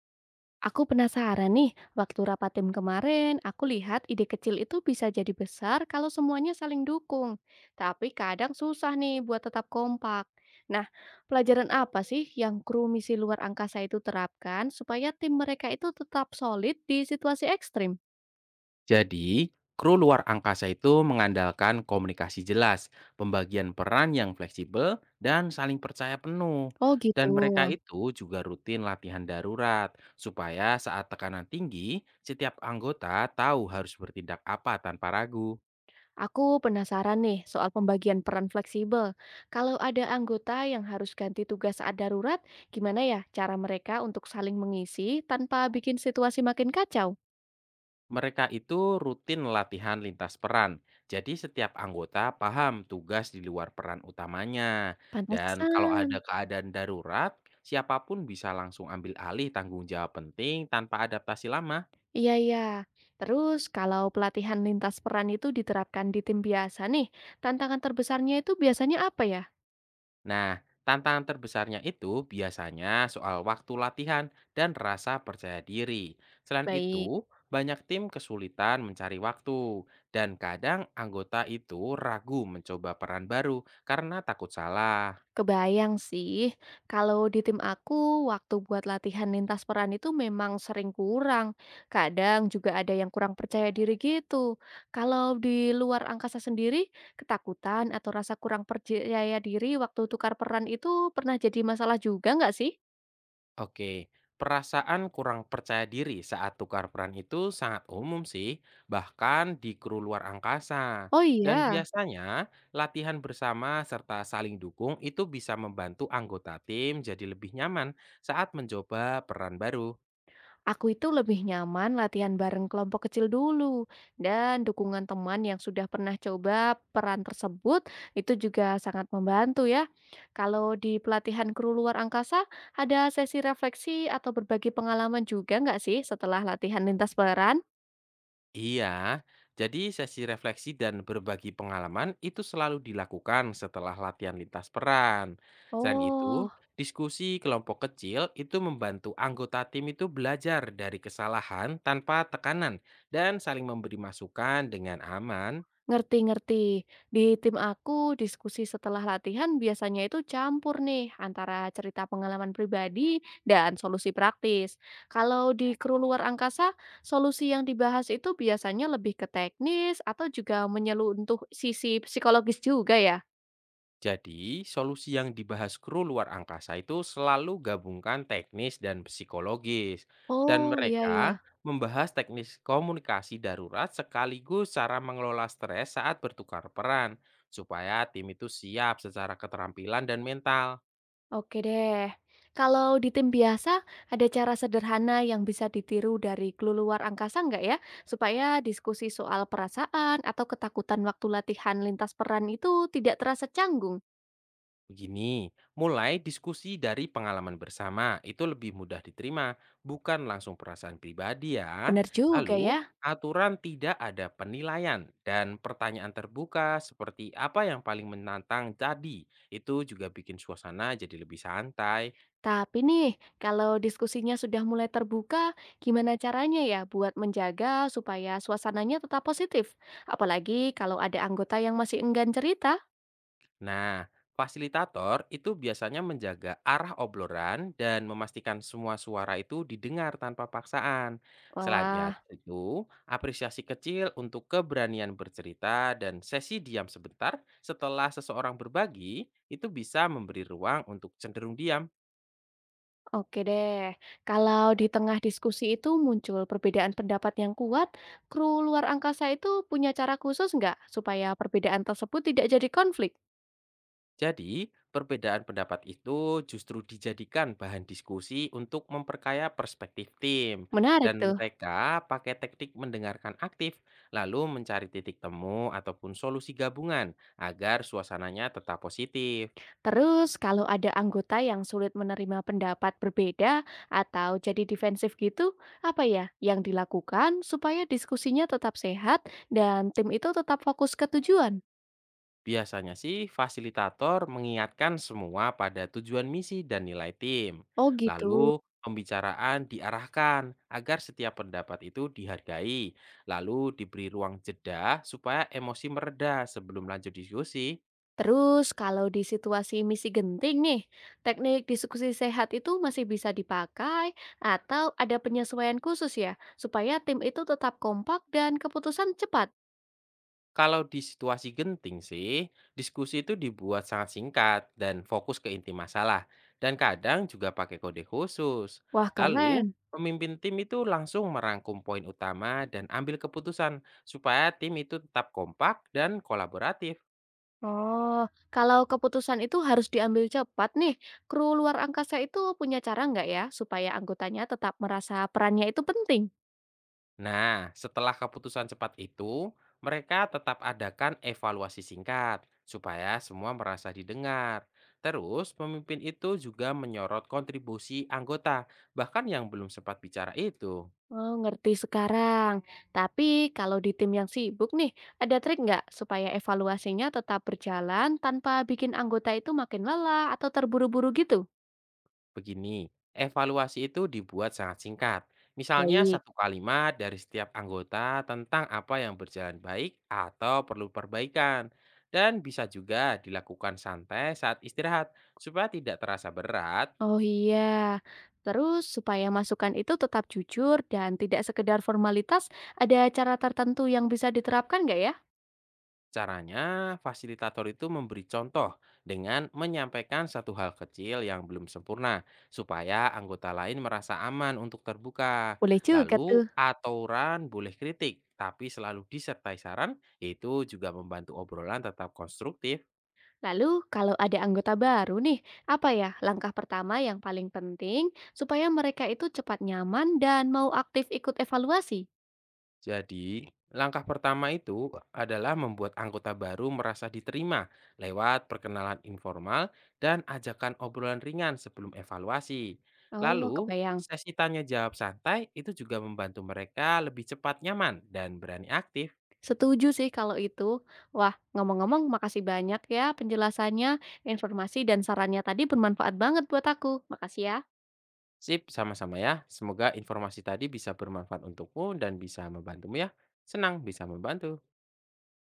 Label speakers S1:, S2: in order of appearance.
S1: Aku penasaran nih, waktu rapat tim kemarin, aku lihat ide kecil itu bisa jadi besar kalau semuanya saling dukung. Tapi kadang susah nih buat tetap kompak. Nah, pelajaran apa sih yang kru misi luar angkasa itu terapkan supaya tim mereka itu tetap solid di situasi ekstrim?
S2: Jadi, kru luar angkasa itu mengandalkan komunikasi jelas, pembagian peran yang fleksibel, dan saling percaya penuh.
S1: Oh gitu.
S2: Dan mereka itu juga rutin latihan darurat, supaya saat tekanan tinggi, setiap anggota tahu harus bertindak apa tanpa ragu.
S1: Aku penasaran nih soal pembagian peran fleksibel. Kalau ada anggota yang harus ganti tugas saat darurat, gimana ya cara mereka untuk saling mengisi tanpa bikin situasi makin kacau?
S2: Mereka itu rutin latihan lintas peran, jadi setiap anggota paham tugas di luar peran utamanya. Dan kalau ada
S1: Pantesan.
S2: keadaan darurat, siapapun bisa langsung ambil alih tanggung jawab penting tanpa adaptasi lama.
S1: Iya iya. Terus kalau pelatihan lintas peran itu diterapkan di tim biasa nih, tantangan terbesarnya itu biasanya apa ya?
S2: Nah, tantangan terbesarnya itu biasanya soal waktu latihan dan rasa percaya diri. Selain
S1: Baik,
S2: itu, banyak tim kesulitan mencari waktu, dan kadang anggota itu ragu mencoba peran baru karena takut salah.
S1: kebayang sih. Kalau di tim aku, waktu buat latihan lintas peran itu memang sering kurang. Kadang juga ada yang kurang percaya diri gitu. Kalau di luar angkasa sendiri, ketakutan atau rasa kurang percaya diri waktu tukar peran itu pernah jadi masalah juga nggak sih?
S2: Oke, perasaan kurang percaya diri saat tukar peran itu sangat umum sih, bahkan di kru luar angkasa.
S1: Oh
S2: Dan
S1: iya.
S2: biasanya, latihan bersama serta saling dukung itu bisa membantu anggota tim jadi lebih nyaman saat mencoba peran baru.
S1: Aku itu lebih nyaman latihan bareng kelompok kecil dulu, dan dukungan teman yang sudah pernah coba peran tersebut itu juga sangat membantu ya. Kalau di pelatihan kru luar angkasa, ada sesi refleksi atau berbagi pengalaman juga nggak sih setelah latihan lintas peran?
S2: Iya, jadi sesi refleksi dan berbagi pengalaman itu selalu dilakukan setelah latihan lintas peran. Selain
S1: Oh.
S2: itu, diskusi kelompok kecil itu membantu anggota tim itu belajar dari kesalahan tanpa tekanan dan saling memberi masukan dengan aman.
S1: Ngerti ngerti. Di tim aku, diskusi setelah latihan biasanya itu campur nih antara cerita pengalaman pribadi dan solusi praktis. Kalau di kru luar angkasa, solusi yang dibahas itu biasanya lebih ke teknis atau juga menyeluruh sisi psikologis juga ya?
S2: Jadi, solusi yang dibahas kru luar angkasa itu selalu gabungkan teknis dan psikologis. Dan
S1: Oh, iya iya.
S2: mereka membahas teknis komunikasi darurat sekaligus cara mengelola stres saat bertukar peran, supaya tim itu siap secara keterampilan dan mental.
S1: Oke deh. Kalau di tim biasa, ada cara sederhana yang bisa ditiru dari keluluar angkasa nggak ya? Supaya diskusi soal perasaan atau ketakutan waktu latihan lintas peran itu tidak terasa canggung.
S2: Begini, mulai diskusi dari pengalaman bersama itu lebih mudah diterima, bukan langsung perasaan pribadi ya.
S1: Benar juga
S2: Lalu,
S1: ya.
S2: aturan tidak ada penilaian dan pertanyaan terbuka seperti apa yang paling menantang tadi, itu juga bikin suasana jadi lebih santai.
S1: Tapi nih, kalau diskusinya sudah mulai terbuka, gimana caranya ya buat menjaga supaya suasananya tetap positif? Apalagi kalau ada anggota yang masih enggan cerita.
S2: Nah, fasilitator itu biasanya menjaga arah obrolan dan memastikan semua suara itu didengar tanpa paksaan. Selain
S1: Wah.
S2: itu, apresiasi kecil untuk keberanian bercerita dan sesi diam sebentar setelah seseorang berbagi itu bisa memberi ruang untuk cenderung diam.
S1: Oke deh, kalau di tengah diskusi itu muncul perbedaan pendapat yang kuat, kru luar angkasa itu punya cara khusus nggak supaya perbedaan tersebut tidak jadi konflik?
S2: Jadi, perbedaan pendapat itu justru dijadikan bahan diskusi untuk memperkaya perspektif tim,
S1: Menarik
S2: dan
S1: tuh.
S2: mereka pakai teknik mendengarkan aktif, lalu mencari titik temu ataupun solusi gabungan agar suasananya tetap positif.
S1: Terus kalau ada anggota yang sulit menerima pendapat berbeda atau jadi defensif gitu, apa ya yang dilakukan supaya diskusinya tetap sehat dan tim itu tetap fokus ke tujuan?
S2: Biasanya sih, fasilitator mengingatkan semua pada tujuan misi dan nilai tim.
S1: Oh gitu.
S2: Lalu, pembicaraan diarahkan agar setiap pendapat itu dihargai. Lalu, diberi ruang jeda supaya emosi mereda sebelum lanjut diskusi.
S1: Terus kalau di situasi misi genting nih, teknik diskusi sehat itu masih bisa dipakai atau ada penyesuaian khusus ya, supaya tim itu tetap kompak dan keputusan cepat.
S2: Kalau di situasi genting sih, diskusi itu dibuat sangat singkat dan fokus ke inti masalah, dan kadang juga pakai kode khusus.
S1: Wah
S2: Lalu,
S1: keren.
S2: pemimpin tim itu langsung merangkum poin utama dan ambil keputusan supaya tim itu tetap kompak dan kolaboratif.
S1: Oh, kalau keputusan itu harus diambil cepat nih, kru luar angkasa itu punya cara nggak ya supaya anggotanya tetap merasa perannya itu penting?
S2: Nah, setelah keputusan cepat itu, mereka tetap adakan evaluasi singkat supaya semua merasa didengar. Terus, pemimpin itu juga menyorot kontribusi anggota, bahkan yang belum sempat bicara itu.
S1: Oh, ngerti sekarang. Tapi kalau di tim yang sibuk nih, ada trik nggak supaya evaluasinya tetap berjalan tanpa bikin anggota itu makin lelah atau terburu-buru gitu?
S2: Begini, evaluasi itu dibuat sangat singkat. Misalnya
S1: Baik.
S2: satu kalimat dari setiap anggota tentang apa yang berjalan baik atau perlu perbaikan. Dan bisa juga dilakukan santai saat istirahat supaya tidak terasa berat.
S1: Oh iya. Terus supaya masukan itu tetap jujur dan tidak sekedar formalitas, ada cara tertentu yang bisa diterapkan nggak ya?
S2: Caranya, fasilitator itu memberi contoh dengan menyampaikan satu hal kecil yang belum sempurna, supaya anggota lain merasa aman untuk terbuka.
S1: Boleh juga
S2: Lalu,
S1: tuh.
S2: aturan boleh kritik, tapi selalu disertai saran, itu juga membantu obrolan tetap konstruktif.
S1: Lalu kalau ada anggota baru nih, apa ya langkah pertama yang paling penting supaya mereka itu cepat nyaman dan mau aktif ikut evaluasi?
S2: Jadi, langkah pertama itu adalah membuat anggota baru merasa diterima lewat perkenalan informal dan ajakan obrolan ringan sebelum evaluasi.
S1: Oh,
S2: Lalu,
S1: kebayang.
S2: sesi tanya jawab santai itu juga membantu mereka lebih cepat nyaman dan berani aktif.
S1: Setuju sih kalau itu. Wah, ngomong-ngomong makasih banyak ya penjelasannya, informasi dan sarannya tadi bermanfaat banget buat aku. Makasih ya.
S2: Sip, sama-sama ya. Semoga informasi tadi bisa bermanfaat untukmu dan bisa membantumu ya. Senang bisa membantu.